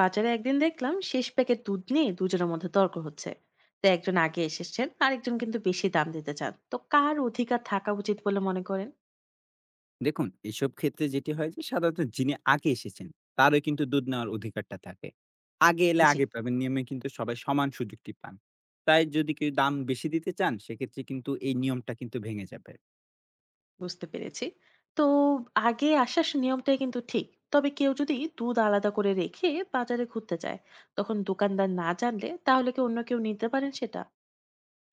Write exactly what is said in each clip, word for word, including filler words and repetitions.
বাজারে একদিন দেখলাম শেষ প্যাকেট দুধ নিয়ে দুজনের মধ্যে তর্ক হচ্ছে। তো একজন আগে এসেছেন, আরেকজন কিন্তু বেশি দাম দিতে চান। তো কার অধিকার থাকা উচিত বলে মনে করেন? দেখুন, এসব ক্ষেত্রে যেটি হয় যে সাধারণত যিনি আগে এসেছেন তারও কিন্তু দুধ নেওয়ার অধিকারটা থাকে। আগে এলে জি, আগে পাবেন নিয়মে কিন্তু সবাই সমান সুযোগটি পান। তাই যদি কেউ দাম বেশি দিতে চান সেক্ষেত্রে কিন্তু এই নিয়মটা কিন্তু ভেঙে যাবে। বুঝতে পেরেছি। তো আগে আসার নিয়মটাই কিন্তু ঠিক। তবে কেউ যদি দুধ আলাদা করে রেখে বাজারে ঘুরতে যায়, তখন দোকানদার না জানলে তাহলে কি অন্য কেউ নিতে পারেন সেটা?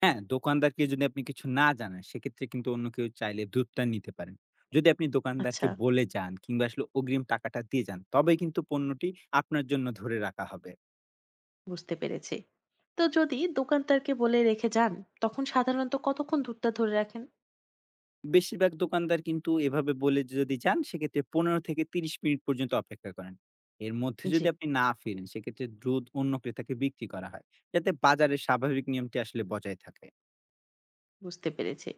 হ্যাঁ, দোকানদারকে যদি আপনি কিছু না জানান সেক্ষেত্রে কিন্তু অন্য কেউ চাইলে দুধটা নিতে পারেন। যদি আপনি দোকানদারকে আচ্ছা, বলে যান কিংবা আসলে অগ্রিম টাকাটা দিয়ে যান তবে কিন্তু পণ্যটি আপনার জন্য ধরে রাখা হবে। বুঝতে পেরেছি। তো যদি দোকানদারকে বলে রেখে যান, তখন সাধারণত কতক্ষণ দুধটা ধরে রাখেন? বেশিরভাগ দোকানদার কিন্তু এভাবে বলে যে যদি যান সেক্ষেত্রে পনেরো থেকে ত্রিশ মিনিট পর্যন্ত অপেক্ষা করেন। এর মধ্যে জি, যদি আপনি না ফিরেন সেক্ষেত্রে দ্রুত অন্য ক্রেতাকে বিক্রি করা হয়, যাতে বাজারের স্বাভাবিক নিয়মটি আসলে বজায় থাকে। বুঝতে পেরেছি।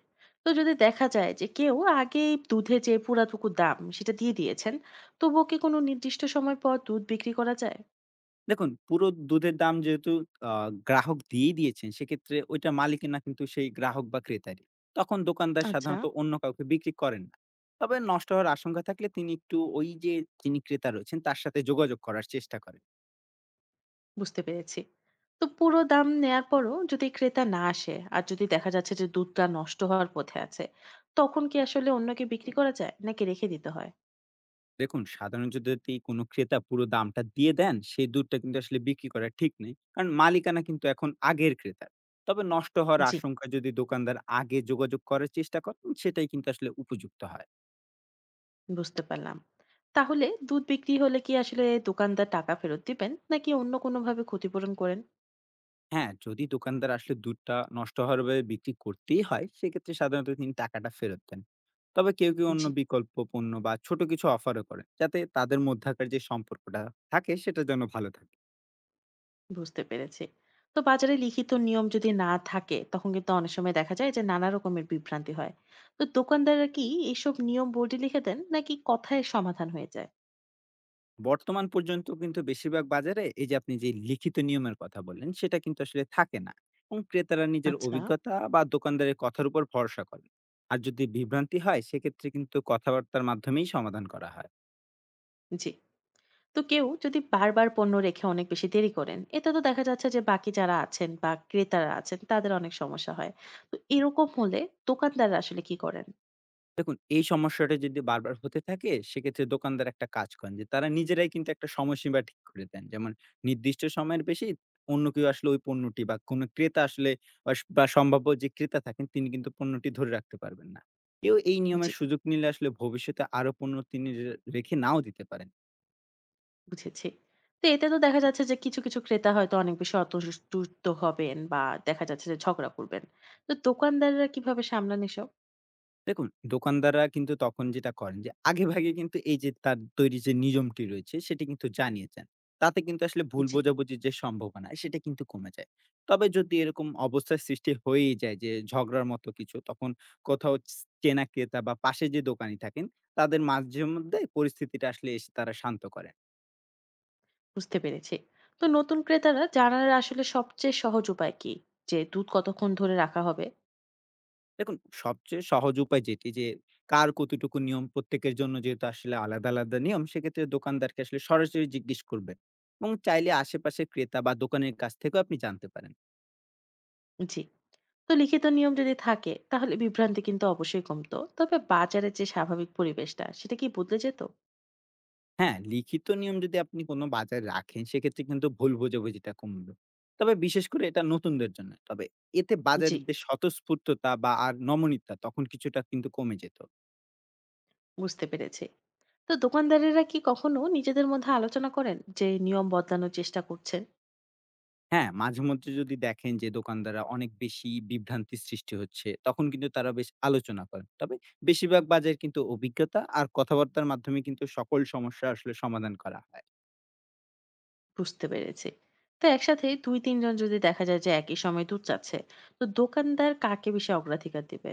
তো যদি দেখা যায় যে কেউ আগেই দুধে যে পুরাটুকু দাম সেটা দিয়ে দিয়েছেন, তবুও কি কোনো নির্দিষ্ট সময় পর দুধ বিক্রি করা যায়? দেখুন, পুরো দুধের দাম যেহেতু আ গ্রাহক দিয়ে দিয়েছেন সেক্ষেত্রে ওইটা মালিকের না, কিন্তু সেই গ্রাহক বা ক্রেতারই। তখন দোকানদার আচ্ছা, সাধারণত অন্য কাউকে বিক্রি করেন না। তবে নষ্ট হওয়ার আশঙ্কা থাকলে তিনি একটু ওই যে যিনি ক্রেতা রয়েছেন তার সাথে যোগাযোগ করার চেষ্টা করেন। বুঝতে পেরেছি। তো পুরো দাম নেয়ার পরও যদি ক্রেতা না আসে আর যদি দেখা যাচ্ছে যে দুধটা নষ্ট হওয়ার পথে আছে, তখন কি আসলে অন্যকে বিক্রি করা যায় নাকি রেখে দিতে হয়? দেখুন, সাধারণ যদি কোনো ক্রেতা পুরো দামটা দিয়ে দেন সেই দুধটা কিন্তু আসলে বিক্রি করা ঠিক নেই, কারণ মালিকানা কিন্তু এখন আগের ক্রেতার। তবে নষ্ট হওয়ার জি, আশঙ্কা যদি দোকানদার আগে যোগাযোগ করার চেষ্টা করেন সেটাই কিন্তু আসলে উপযুক্ত হয়। বুঝতে পারলাম। তাহলে দুধ বিক্রি হলে কি আসলে দোকানদার টাকা ফেরত দিবেন নাকি অন্য কোনোভাবে ক্ষতিপূরণ করেন? হ্যাঁ, যদি দোকানদার আসলে দুধটা নষ্ট হওয়ার ভাবে বিক্রি করতেই হয় সেক্ষেত্রে সাধারণত তিনি টাকাটা ফেরত দেন। তবে কেউ কেউ অন্য জি, বিকল্প পণ্য বা ছোট কিছু অফারও করেন, যাতে তাদের মধ্যকার যে সম্পর্কটা থাকে সেটা যেন ভালো থাকে। বুঝতে পেরেছি। তো বাজারে লিখিত নিয়ম যদি না থাকে, তখন কিন্তু অনেক সময় দেখা যায় যে নানা রকমের বিভ্রান্তি হয়। তো দোকানদাররা কি এসব নিয়ম বোর্ডে লিখে দেন নাকি কথায় সমাধান হয়ে যায়? বর্তমান পর্যন্ত কিন্তু বেশিরভাগ বাজারে এই যে আপনি যে লিখিত নিয়মের কথা বললেন সেটা কিন্তু আসলে থাকে না, এবং ক্রেতারা নিজের আচ্ছা। অভিজ্ঞতা বা দোকানদারের কথার উপর ভরসা করেন। আর যদি বিভ্রান্তি হয় সেক্ষেত্রে কিন্তু কথাবার্তার মাধ্যমেই সমাধান করা হয়। জি। তো কেউ যদি বারবার পণ্য রেখে অনেক বেশি দেরি করেন, এতে তো দেখা যাচ্ছে যে বাকি যারা আছেন বা ক্রেতারা আছেন তাদের অনেক সমস্যা হয়। তো এরকম হলে দোকানদাররা আসলে কি করেন? দেখুন, এই সমস্যাটা যদি বারবার হতে থাকে, সেক্ষেত্রে দোকানদার একটা কাজ করেন যে, তারা নিজেরাই কিন্তু একটা সময়সীমা ঠিক করে দেন। যেমন, নির্দিষ্ট সময়ের বেশি অন্য কেউ আসলে ওই পণ্যটি বা কোনো ক্রেতা আসলে অস বা সম্ভাব্য যে ক্রেতা থাকেন, তিনি কিন্তু পণ্যটি ধরে রাখতে পারবেন না। কেউ এই জি, নিয়মের সুযোগ নিলে আসলে ভবিষ্যতে আরো পণ্য তিনি রে রেখে নাও দিতে পারেন। বুঝেছি। তো এতে তো দেখা যাচ্ছে যে কিছু, কিছু ক্রেতা হয়তো অনেক বেশি অসন্তুষ্ট হবেন বা দেখা যাচ্ছে যে ঝগড়া করবেন। তো দোকানদাররা কিভাবে সামলান এসব? দেখুন, দোকানদাররা কিন্তু তখন যেটা করেন যে আগেভাগে কিন্তু এই যে তার তৈরি যে নিয়মটি রয়েছে সেটি কিন্তু জানিয়ে যান। তাতে কিন্তু আসলে ভুল জি, বোঝাবুঝির যে সম্ভাবনা সেটা কিন্তু কমে যায়। তবে যদি এরকম অবস্থার সৃষ্টি হয়েই যায় যে ঝগড়ার মতো কিছু, তখন কোথাও চ চেনা ক্রেতা বা পাশে যে দোকানি থাকেন তাদের মাঝে মধ্যে পরিস্থিতিটা আসলে এসে তারা শান্ত করেন। বুঝতে পেরেছি। তো নতুন ক্রেতারা জানার আসলে সবচেয়ে সহজ উপায় কি? যে দুধ কতক্ষণ ধরে রাখা হবে? দেখুন, সবচেয়ে সহজ উপায় যেটি যে কার কতটুকু নিয়ম প্রত্যেকের জন্য যেহেতু আসলে আলাদা, আলাদা নিয়ম, সেক্ষেত্রে দোকানদারকে আসলে সরাসরি জিজ্ঞেস করবেন। এবং চাইলে আশেপাশের ক্রেতা বা দোকানের কাছ থেকেও আপনি জানতে পারেন। জি। তো লিখিত নিয়ম যদি থাকে তাহলে বিভ্রান্তি কিন্তু অবশ্যই কমতো। তবে বাজারের যে স্বাভাবিক পরিবেশটা সেটা কি বদলে যেত? হ্যাঁ, লিখিত নিয়ম যদি আপনি কোনো বাজারে রাখেন সেক্ষেত্রে কিন্তু ভুল বোঝাবুঝিটা কমবে। তবে বিশেষ করে এটা নতুনদের জন্য। তবে এতে জি, বাজারের যে স্বতঃস্ফূর্ততা বা আর নমনীয়তা তখন কিছুটা কিন্তু কমে যেত। বুঝতে পেরেছি। তো দোকানদারেরা কি কখনো নিজেদের মধ্যে আলোচনা করেন যে নিয়ম বদলানোর চেষ্টা করছেন? হ্যাঁ, মাঝেমধ্যে যদি দেখেন যে দোকানদাররা অনেক বেশি বিভ্রান্তির সৃষ্টি হচ্ছে, তখন কিন্তু তারা বেশ আলোচনা করেন। তবে বেশিরভাগ বাজার কিন্তু অভিজ্ঞতা আর কথাবার্তার মাধ্যমে কিন্তু সকল সমস্যা আসলে সমাধান করা হয়। বুঝতে পেরেছি। তো একসাথে দুই তিন জন যদি দেখা যায় যে একই সময়ে দুধ চাচ্ছে, তো দোকানদার কাকে বেশি অগ্রাধিকার দিবে?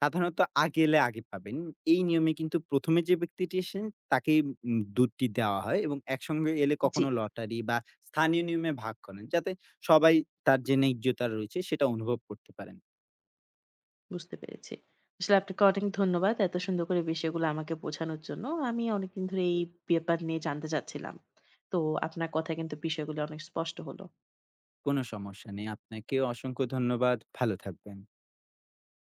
সাধারণত আগে এলে আগে পাবেন। এই নিয়মে কিন্তু প্রথম এ যে ব্যক্তিটি এসেন তাকেই উম দুধটি দেওয়া হয়, এবং একসঙ্গে এলে জি, কখনো লটারি বা স্থানীয় নিয়মে ভাগ করেন, যাতে সবাই তার যে ন্যায্যতা রয়েছে সেটা অনুভব করতে পারেন। বুঝতে পেরেছি। আসলে আপনাকে অনেক ধন্যবাদ। এত সুন্দর করে বিষয়গুলো আমাকে বোঝানোর জন্য। আমি অনেকদিন ধরে এই ব্যাপার নিয়ে জানতে চাচ্ছিলাম। তো আপনার কথায় কিন্তু বিষয়গুলো অনেক স্পষ্ট হলো। কোনো সমস্যা নেই। আপনাকেও অসংখ্য ধন্যবাদ। ভালো থাকবেন।